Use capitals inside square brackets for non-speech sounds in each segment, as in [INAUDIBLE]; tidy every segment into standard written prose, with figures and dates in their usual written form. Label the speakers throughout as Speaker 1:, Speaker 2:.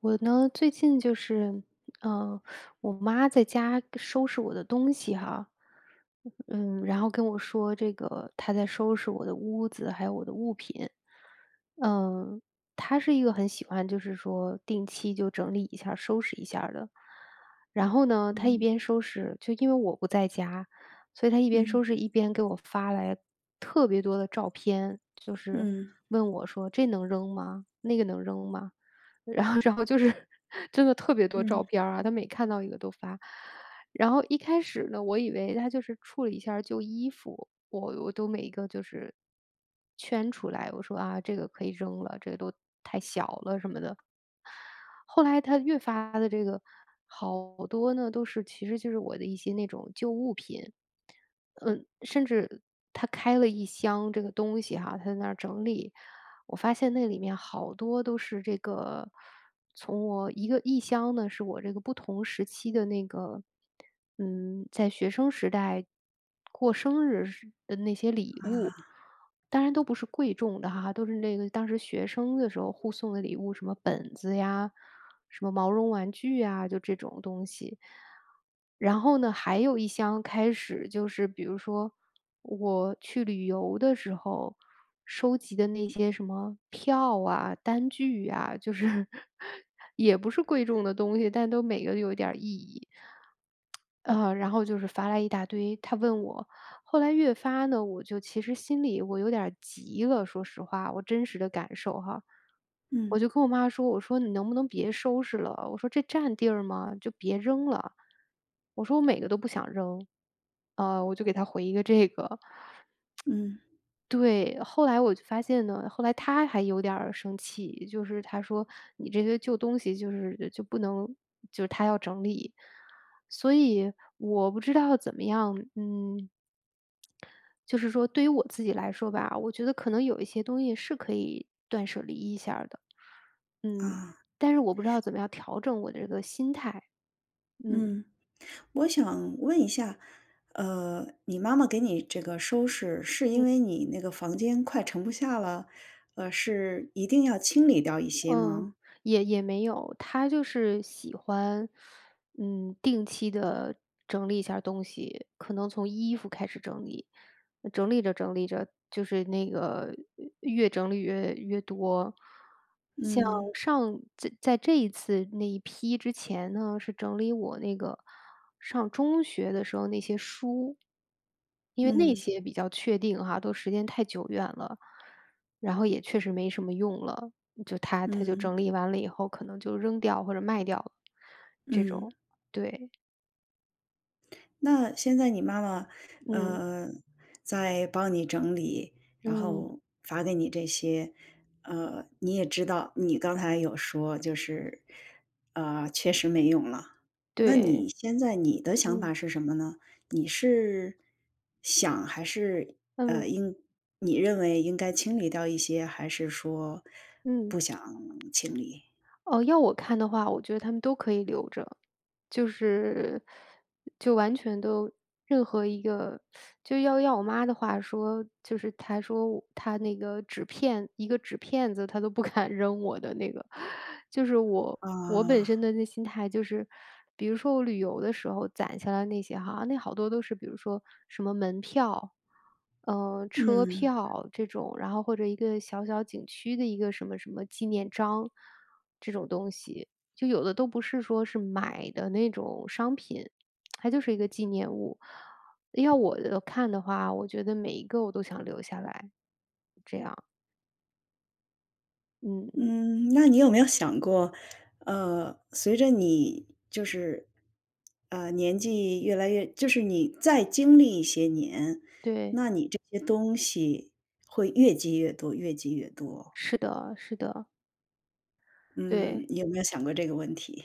Speaker 1: 我呢，最近就是，嗯，我妈在家收拾我的东西哈，嗯，然后跟我说这个她在收拾我的屋子，还有我的物品。嗯，她是一个很喜欢就是说定期就整理一下儿收拾一下儿的。然后呢，她一
Speaker 2: 嗯
Speaker 1: 边收拾，就因为我不在家，所以她一边
Speaker 2: 嗯
Speaker 1: 收拾一边给我发来特别多的照片，就是
Speaker 2: 嗯
Speaker 1: 问我说：“这能扔吗？那个能扔吗？”然后就是 [LAUGHS] 真的特别多照
Speaker 2: 嗯，
Speaker 1: 片儿啊，他每看到一个都发。然后一开始呢，我以为他就是处理一下儿旧衣服，我都每一个就是圈出来，我说：“啊，这个可以扔了，这个都太小了什么的。”后来他越发的这个好多呢，都是其实就是我的一些那种旧物品，嗯，甚至他开了一箱这个东西哈，他在那儿整理。我发现那里面好多都是这个，从我一个异乡呢，是我这个不同时期的那个，在学生时代过生日时的那些礼物，
Speaker 2: 啊，
Speaker 1: 当然都不是贵重的哈，都是那个当时学生的时候互送的礼物，什么本子呀，什么毛绒玩具呀，就这种东西。然后呢，还有一箱开始就是比如说我去旅游的时候收集的那些什么票啊、单据啊，就是 [LAUGHS] 也不是贵重的东西，但都每个有一点儿意义。然后就是发来一大堆，他问我，后来越发呢，我就其实心里我有点儿急了，说实话，我真实的感受哈，
Speaker 2: 嗯
Speaker 1: 我就跟我妈说，我说你能不能别收拾了？我说这占地儿吗？就别扔了。我说我每个都不想扔，我就给他回一个这个，
Speaker 2: 嗯
Speaker 1: 对，后来我就发现呢，后来他还有点儿生气，就是他说：“你这些旧东西就是就不能”就是他要整理。所以我不知道怎么样，就是说对于我自己来说吧，我觉得可能有一些东西是可以断舍离一下儿的，嗯，
Speaker 2: 啊，
Speaker 1: 但是我不知道怎么样调整我的这个心态，嗯。
Speaker 2: 嗯，我想问一下，你妈妈给你这个收拾，是因为你那个房间快盛不下了，是一定要清理掉一些
Speaker 1: 嗯，
Speaker 2: 吗？
Speaker 1: 也没有，他就是喜欢，定期的整理一下儿东西，可能从衣服开始整理。整理着整理着，就是那个越整理越多。像
Speaker 2: 嗯
Speaker 1: 上在这一次那一批之前呢，是整理我那个上中学的时候那些书，因为那
Speaker 2: 嗯
Speaker 1: 些比较确定哈，都时间太久远了，然后也确实没什么用了，就它就
Speaker 2: 嗯
Speaker 1: 整理完了以后，可能就扔掉或者卖掉了，这
Speaker 2: 嗯。
Speaker 1: 种，对，
Speaker 2: 那现在你妈妈，
Speaker 1: 嗯
Speaker 2: 呃，在帮你整理，然
Speaker 1: 嗯，
Speaker 2: 后发给你这些，你也知道，你刚才有说就是，确实没用了。那
Speaker 1: 对，
Speaker 2: 你现在你的想法
Speaker 1: 嗯
Speaker 2: 是什么呢？你是想还是呃
Speaker 1: 嗯
Speaker 2: 应你认为应该清理掉一些，还是说
Speaker 1: 嗯。
Speaker 2: 不想清理？
Speaker 1: 哦，要我看的话，我觉得他们都可以留着。就是就完全都任何一个就要我妈的话说，就是她说我她那个纸片一个纸片子她都不 [LAUGHS] 敢扔我的那个。就是我本
Speaker 2: 啊，
Speaker 1: 身的那心态就是，比如说我旅游的时候攒下来那些哈，那好多都是比如说什么门票，车
Speaker 2: 嗯。
Speaker 1: 票这种，然后或者一个小小景区的一个什么什么纪念章这种东西。就有的都不是说是买的那种商品，它就是一个纪念物。要我的看的话，我觉得每一个我都想留下来，这样，嗯，
Speaker 2: 嗯，那你有没有想过，随着你就是，年纪越来越，就是你再经历一些年，
Speaker 1: 对，
Speaker 2: 那你这些东西会越积越多，越积越多。
Speaker 1: 是的，是的，
Speaker 2: 嗯，
Speaker 1: 对。
Speaker 2: 你有没有想过这个问题？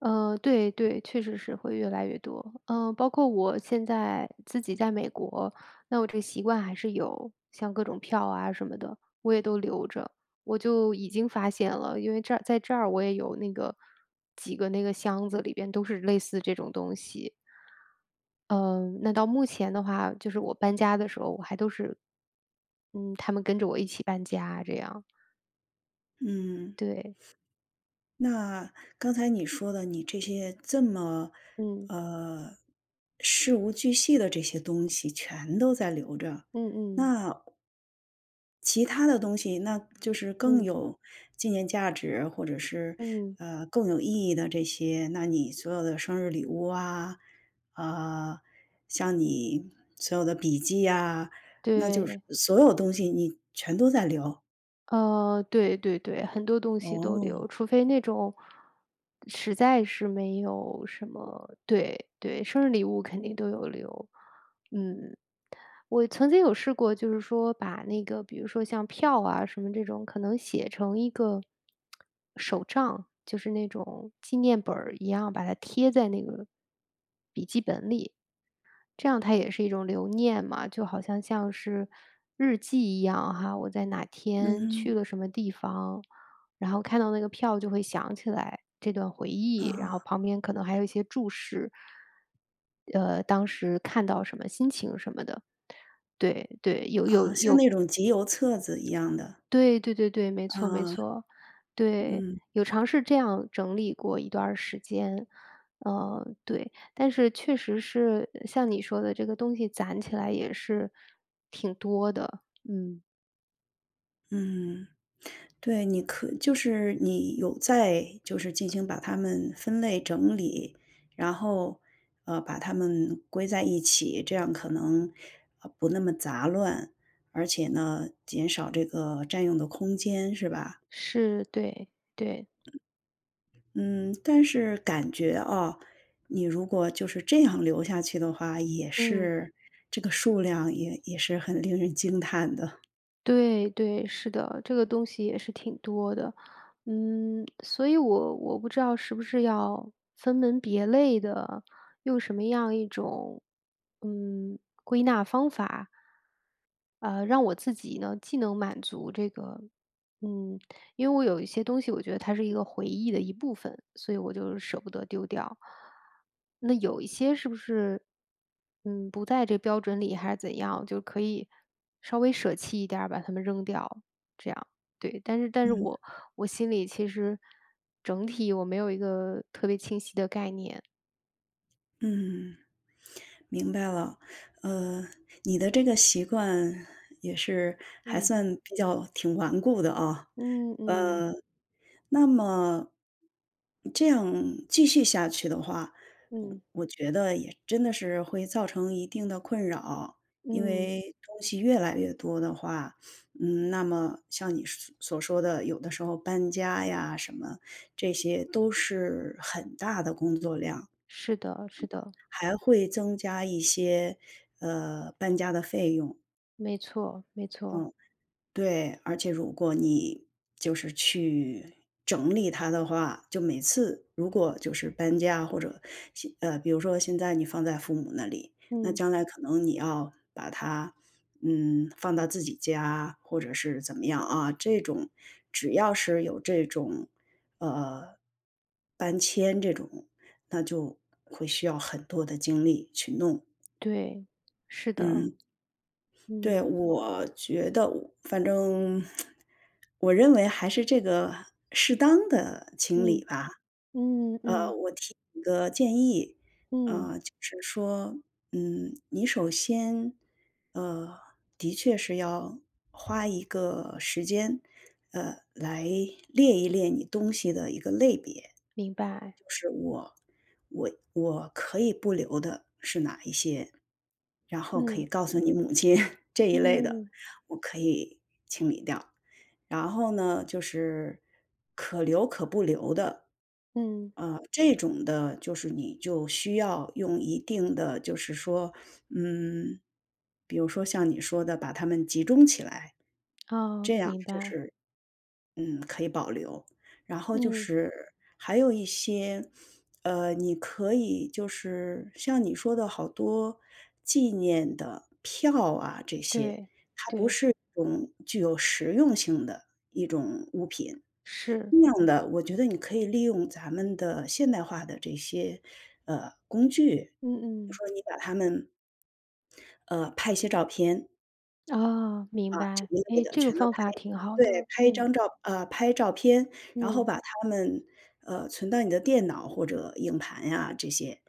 Speaker 1: 对对，确实是会越来越多。嗯，包括我现在自己在美国，那我这个习惯还是有，像各种票啊什么的，我也都留着。我就已经发现了，因为这儿在这儿我也有那个几个那个箱子里边都是类似这种东西。嗯，那到目前的话，就是我搬家的时候，我还都是，嗯，他们跟着我一起搬家这样。
Speaker 2: 嗯。
Speaker 1: 对，
Speaker 2: 那刚才你说的，你这些这么，
Speaker 1: 嗯
Speaker 2: 呃，事无巨细的这些东西全都在留着，
Speaker 1: 嗯嗯
Speaker 2: 那其他的东西，那就是更
Speaker 1: 嗯
Speaker 2: 有纪念价值，或者是
Speaker 1: 嗯，
Speaker 2: 更有意义的这些，那你所有的生日礼物啊，啊、像你所有的笔记呀、那就是
Speaker 1: 对。
Speaker 2: 所有东西你全都在留。
Speaker 1: 对对对，很多东西都留，
Speaker 2: 哦，
Speaker 1: 除非那种实在是没有什么对对，生日礼物肯定都有留。嗯，我曾经有试过，就是说把那个，比如说像票啊什么这种，可能写成一个手账，就是那种纪念本儿一样，把它贴在那个笔记本里。这样它也是一种留念嘛，就好像是日记一样哈，我在哪天
Speaker 2: 嗯
Speaker 1: 去了什么地方，然后看到那个票就会想起来这段回忆，然后
Speaker 2: 啊。
Speaker 1: 旁边可能还有一些注释，当时看到什么心情什么的。对对，有有
Speaker 2: 啊，像
Speaker 1: 有
Speaker 2: 那种集邮册子一样的，
Speaker 1: 对对对对，没错没
Speaker 2: 啊，
Speaker 1: 错。对，
Speaker 2: 嗯，
Speaker 1: 有尝试这样整理过一段儿时间。对，但是确实是像你说的，这个东西攒起来也是挺多的。嗯，
Speaker 2: 嗯，对，就是你有在就是进行把它们分类整理，然后，把它们归在一起，这样可能，不那么杂乱，而且呢，减少这个占用的空间，是吧？
Speaker 1: 是，对，对，
Speaker 2: 嗯，但是感觉啊，你如果就是这样留下去的话，也
Speaker 1: 嗯。
Speaker 2: 是这个数量也是很令人惊叹的。
Speaker 1: 对对，是的，这个东西也是挺多的，嗯，所以我不知道是不是要分门别类的，用什么样一种，嗯，归纳方法，让我自己呢既能满足这个嗯，因为我有一些东西，我觉得它是一个回忆的一部分，所以我就舍不得丢掉。那有一些是不是，嗯，不在这标准里，还是怎样，就可以稍微舍弃一点儿，把它们扔掉，这样。对，但是我我心里其实整体我没有一个特别清晰的概念。
Speaker 2: 嗯。明白了，呃，你的这个习惯也是还
Speaker 1: 嗯
Speaker 2: 算比较挺顽固的啊，
Speaker 1: 嗯嗯
Speaker 2: 呃，那么这样继续下去的话，我
Speaker 1: 嗯
Speaker 2: 我觉得也真的是会造成一定的困扰，因
Speaker 1: 嗯，
Speaker 2: 为东西越来越多的话，嗯，那么像你所说的，有的时候搬家呀什么，这些都是很大的工作量。
Speaker 1: 是的，是的，
Speaker 2: 还会增加一些，搬家的费用，
Speaker 1: 没错没错，
Speaker 2: 嗯，对。而且如果你就是去整理它的话，就每次如果就是搬家或者比如说现在你放在父母那里，那
Speaker 1: 嗯，
Speaker 2: 将来可能你要把它，嗯，放到自己家或者是怎么样啊，这种只要是有这种，呃，搬迁这种，那就会需要很多的精力去弄。
Speaker 1: 对，是的，
Speaker 2: 嗯，对，
Speaker 1: 嗯
Speaker 2: 我觉得我反正我认为还是这个适当的情
Speaker 1: 嗯。
Speaker 2: 理吧。
Speaker 1: 嗯嗯
Speaker 2: 我提一个建议，
Speaker 1: 嗯，
Speaker 2: 就是说，嗯，你首先，呃，的确是要花一个时间，来列一列你东西的一个类别。
Speaker 1: 明白，
Speaker 2: 就是我可以不留的是哪一些，然后可
Speaker 1: 嗯
Speaker 2: 以告诉你母亲 [LAUGHS] 这一类的，
Speaker 1: 嗯
Speaker 2: 我可以清理掉。然后呢，就是可留可不留的，
Speaker 1: 嗯，
Speaker 2: 这种的，就是你就需要用一定的，就是说，嗯，比如说像你说的，把它们集中起来，
Speaker 1: 哦，
Speaker 2: 这样
Speaker 1: 明
Speaker 2: 就
Speaker 1: 白，
Speaker 2: 是嗯，可以保留。然后就
Speaker 1: 嗯，
Speaker 2: 是还有一些，你可以就是像你说的好多纪念的票啊这些，
Speaker 1: 对
Speaker 2: 它不
Speaker 1: 对，
Speaker 2: 是一种具有实用性的一种物品。
Speaker 1: 是，
Speaker 2: 那样的，我觉得你可以利用咱们的现代化的这些，工具，比
Speaker 1: 嗯
Speaker 2: 如
Speaker 1: 嗯，
Speaker 2: 说你把它们，拍一些照片，
Speaker 1: 哦，明
Speaker 2: 啊，这
Speaker 1: 白，
Speaker 2: 一类
Speaker 1: 哎，
Speaker 2: 的
Speaker 1: 这个
Speaker 2: 全都拍
Speaker 1: 方法挺好
Speaker 2: 对，
Speaker 1: 的，嗯
Speaker 2: 拍照片，然后
Speaker 1: 嗯，
Speaker 2: 把它们，存到你的电脑或者硬盘呀这些。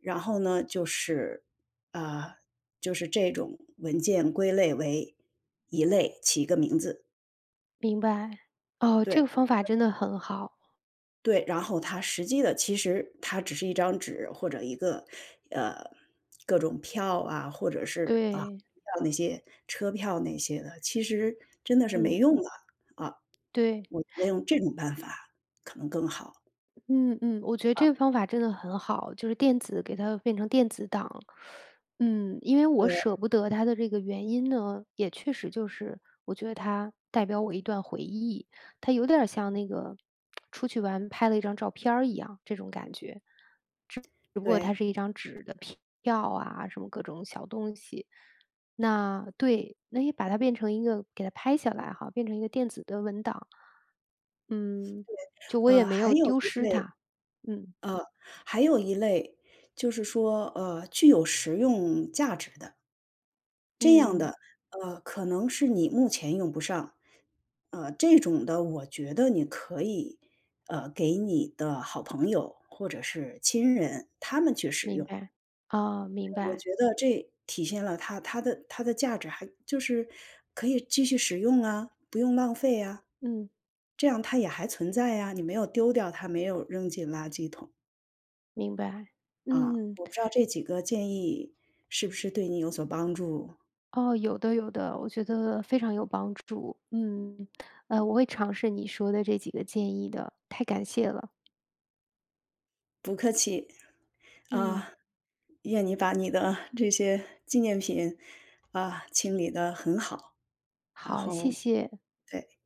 Speaker 2: 然后呢，就是啊，就是这种文件归类为一类，起一个名字。
Speaker 1: 明白，哦，这
Speaker 2: 对，
Speaker 1: 个方法真的很好，
Speaker 2: 对，然后它实际的其实它只是一张纸或者一个，呃，各种票啊，或者是，啊，
Speaker 1: 对，
Speaker 2: 票那些车票那些的，其实真的是没
Speaker 1: 嗯，
Speaker 2: 用的，啊。
Speaker 1: 对。
Speaker 2: 我觉得用这种办法可能更好。
Speaker 1: 嗯嗯，我觉得这个方法真的很好，就是电子给它变成电子档。嗯，因为我
Speaker 2: 对
Speaker 1: 舍不得它的这个原因呢，也确实就是我觉得它代表我一段回忆，它有点儿像那个出去玩拍了一张照片儿一样这种感觉，只不过它
Speaker 2: 对，
Speaker 1: 是一张纸的票啊，什么各种小东西。那对，那也把它变成一个给它拍下来哈，变成一个电子的文档。嗯，就我也
Speaker 2: 呃，
Speaker 1: 没
Speaker 2: 还
Speaker 1: 有
Speaker 2: 有
Speaker 1: 丢
Speaker 2: 一
Speaker 1: 失
Speaker 2: 类
Speaker 1: 它。嗯。
Speaker 2: 呃，还有一类就是说，具有实用价值的，这样
Speaker 1: 嗯，
Speaker 2: 的，可能是你目前用不上，这种的我觉得你可以，给你的好朋友或者是亲人，他们去使
Speaker 1: 明
Speaker 2: 用。
Speaker 1: 白。哦，明
Speaker 2: 我
Speaker 1: 白，
Speaker 2: 觉得这体现了它的价值还就是可以继续使用啊，不用浪费啊。
Speaker 1: 嗯，
Speaker 2: 这样它也还存在呀，你没有丢掉它，没有扔进垃圾桶，
Speaker 1: 明白。
Speaker 2: 啊。
Speaker 1: 嗯，
Speaker 2: 我不知道这几个建议是不是对你有所帮助？
Speaker 1: 哦，有的有的，我觉得非常有帮助。嗯，我会尝试你说的这几个建议的，太感谢了。
Speaker 2: 不客气，
Speaker 1: 嗯，
Speaker 2: 啊，愿你把你的这些纪念品，啊，清理得很好，然
Speaker 1: 好，谢
Speaker 2: 后
Speaker 1: 谢。
Speaker 2: 对。